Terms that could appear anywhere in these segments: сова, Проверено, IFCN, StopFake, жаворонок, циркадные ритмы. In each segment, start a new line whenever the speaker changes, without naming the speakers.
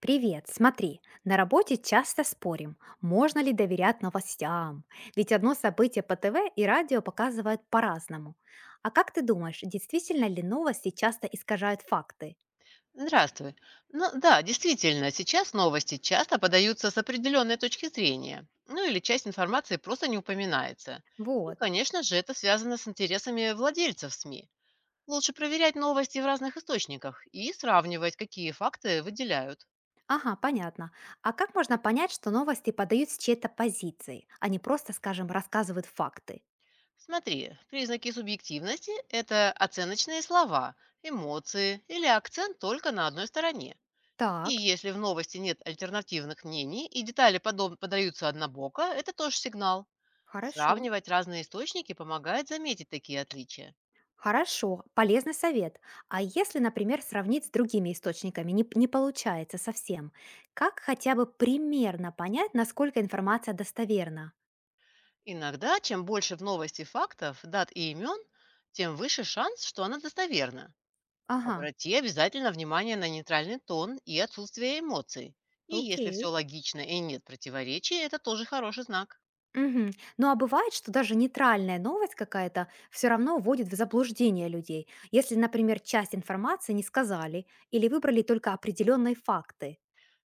Привет, смотри, на работе часто спорим, можно ли доверять новостям, ведь одно событие по ТВ и радио показывают по-разному. А как ты думаешь, действительно ли новости часто искажают факты?
Здравствуй. Ну да, действительно, сейчас новости часто подаются с определенной точки зрения. Ну или часть информации просто не упоминается. И,
Вот.
конечно же, это связано с интересами владельцев СМИ. Лучше проверять новости в разных источниках и сравнивать, какие факты выделяют.
Ага, понятно. А как можно понять, что новости подают с чьей-то позиции, а не просто, скажем, рассказывают факты?
Смотри, признаки субъективности – это оценочные слова, эмоции или акцент только на одной стороне. И
Так,
если в новости нет альтернативных мнений и детали подаются однобоко, это тоже сигнал.
хорошо.
Сравнивать разные источники помогает заметить такие отличия.
Хорошо, полезный совет. А если, например, сравнить с другими источниками не получается совсем, как хотя бы примерно понять, насколько информация достоверна?
Иногда, чем больше в новости фактов, дат и имен, тем выше шанс, что она достоверна.
Ага,
Обрати обязательно внимание на нейтральный тон и отсутствие эмоций. И если все
окей.
логично и нет противоречий, это тоже хороший знак.
Мгм. Ну а бывает, что даже нейтральная новость какая-то все равно вводит в заблуждение людей, если, например, часть информации не сказали или выбрали только определенные факты.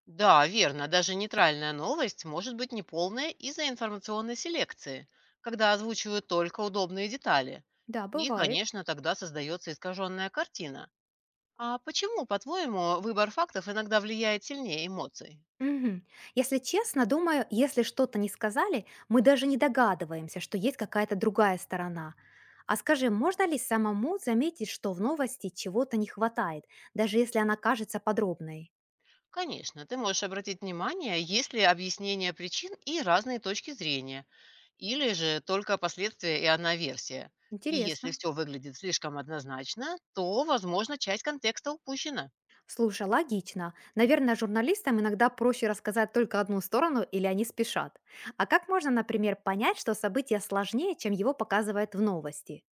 Да, верно, даже нейтральная новость может быть неполная из-за информационной селекции, когда озвучивают только удобные детали.
Да,
И,
бывает.
конечно, тогда создается искаженная картина. А почему, по-твоему, выбор фактов иногда влияет сильнее эмоций?
Мгм. Если честно, думаю, если что-то не сказали, мы даже не догадываемся, что есть какая-то другая сторона. А скажи, можно ли самому заметить, что в новости чего-то не хватает, даже если она кажется подробной?
Конечно, ты можешь обратить внимание, есть ли объяснение причин и разные точки зрения, или же только последствия и одна версия. И если
Интересно.
все выглядит слишком однозначно, то, возможно, часть контекста упущена.
Слушай, логично. Наверное, журналистам иногда проще рассказать только одну сторону или они спешат. А как можно, например, понять, что событие сложнее, чем его показывают в новости?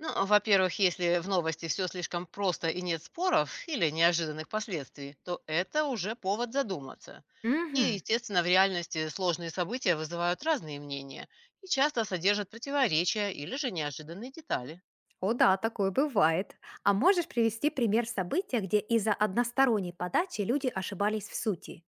Ну, а, во-первых, если в новости все слишком просто и нет споров или неожиданных последствий, то это уже повод задуматься. И,
Мгм.
естественно, в реальности сложные события вызывают разные мнения и часто содержат противоречия или же неожиданные детали.
О да, такое бывает. А можешь привести пример события, где из-за односторонней подачи люди ошибались в сути?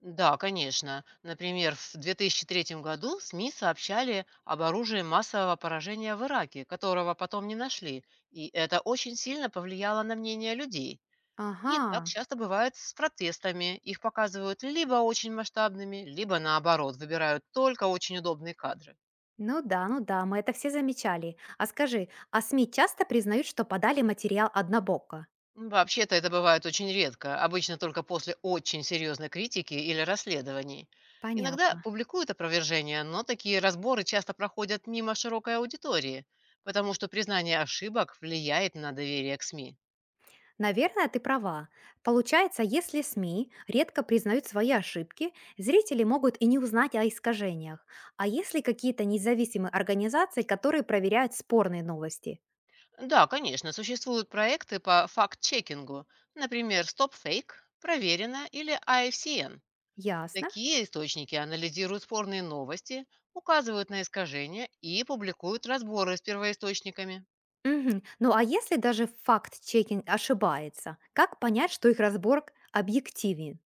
Да, конечно. Например, в 2003 году СМИ сообщали об оружии массового поражения в Ираке, которого потом не нашли, и это очень сильно повлияло на мнение людей.
Ага.
И так часто бывает с протестами. Их показывают либо очень масштабными, либо наоборот, выбирают только очень удобные кадры.
Ну да, ну да, мы это все замечали. А скажи, а СМИ часто признают, что подали материал однобоко?
Вообще-то это бывает очень редко, обычно только после очень серьезной критики или расследований. Иногда
Понятно.
публикуют опровержения, но такие разборы часто проходят мимо широкой аудитории, потому что признание ошибок влияет на доверие к СМИ.
Наверное, ты права. Получается, если СМИ редко признают свои ошибки, зрители могут и не узнать о искажениях. А если какие-то независимые организации, которые проверяют спорные новости?
Да, конечно, существуют проекты по факт-чекингу, например, StopFake, Проверено или IFCN.
Ясно.
Такие источники анализируют спорные новости, указывают на искажения и публикуют разборы с первоисточниками.
Мгм. Ну а если даже факт-чекинг ошибается, как понять, что их разборг объективен?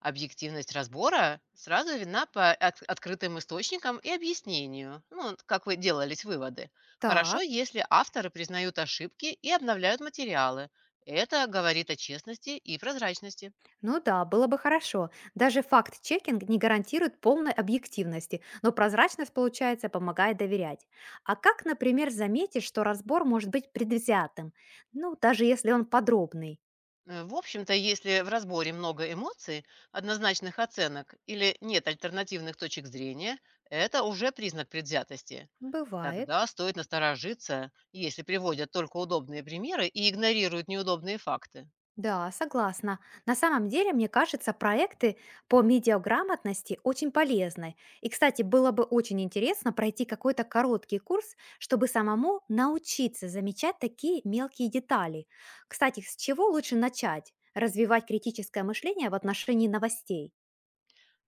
Объективность разбора сразу видна по открытым источникам и объяснению, ну, вот как вы делались выводы. Хорошо,
Так,
если авторы признают ошибки и обновляют материалы. Это говорит о честности и прозрачности.
ну да, было бы хорошо. Даже факт-чекинг не гарантирует полной объективности, но прозрачность, получается, помогает доверять. А как, например, заметить, что разбор может быть предвзятым? Ну, даже если он подробный.
В общем-то, если в разборе много эмоций, однозначных оценок или нет альтернативных точек зрения, это уже признак предвзятости.
Бывает.
Тогда стоит насторожиться, если приводят только удобные примеры и игнорируют неудобные факты.
Да, согласна. На самом деле, мне кажется, проекты по медиаграмотности очень полезны. И, кстати, было бы очень интересно пройти какой-то короткий курс, чтобы самому научиться замечать такие мелкие детали. Кстати, с чего лучше начать? Развивать критическое мышление в отношении новостей.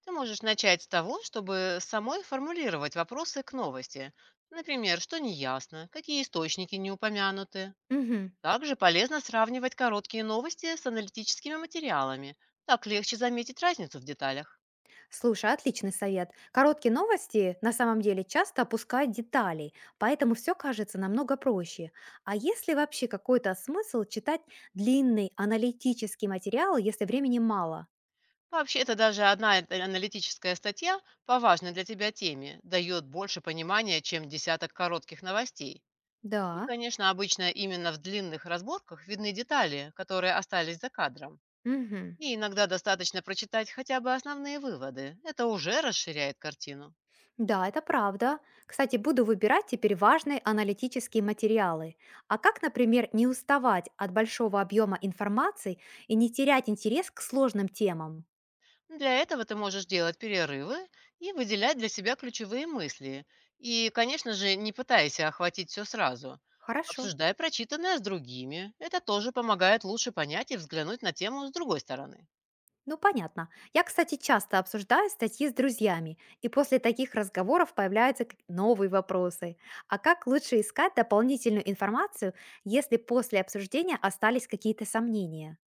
Ты можешь начать с того, чтобы самой формулировать вопросы к новости. Например, что неясно, какие источники не упомянуты.
Мгм.
Также полезно сравнивать короткие новости с аналитическими материалами. Так легче заметить разницу в деталях.
Слушай, отличный совет. Короткие новости на самом деле часто опускают деталей, поэтому все кажется намного проще. А есть ли вообще какой-то смысл читать длинный аналитический материал, если времени мало?
Вообще-то даже одна эта аналитическая статья по важной для тебя теме дает больше понимания, чем десяток коротких новостей. И,
Да.
конечно, обычно именно в длинных разборках видны детали, которые остались за кадром.
Мгм.
И иногда достаточно прочитать хотя бы основные выводы. Это уже расширяет картину.
Да, это правда. Кстати, буду выбирать теперь важные аналитические материалы. А как, например, не уставать от большого объема информации и не терять интерес к сложным темам?
Для этого ты можешь делать перерывы и выделять для себя ключевые мысли. И, конечно же, не пытайся охватить все сразу.
Хорошо.
Обсуждай прочитанное с другими. Это тоже помогает лучше понять и взглянуть на тему с другой стороны.
Ну, понятно. Я, кстати, часто обсуждаю статьи с друзьями, и после таких разговоров появляются новые вопросы. А как лучше искать дополнительную информацию, если после обсуждения остались какие-то сомнения?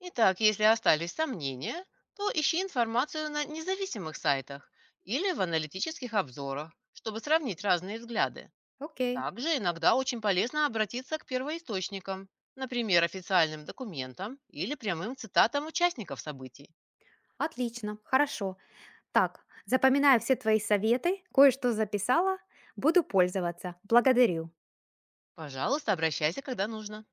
Итак, если остались сомнения, то ищи информацию на независимых сайтах или в аналитических обзорах, чтобы сравнить разные взгляды.
Окей.
Также иногда очень полезно обратиться к первоисточникам, например, официальным документам или прямым цитатам участников событий.
Отлично, хорошо. Так, запоминаю все твои советы, кое-что записала, буду пользоваться. Благодарю.
Пожалуйста, обращайся, когда нужно.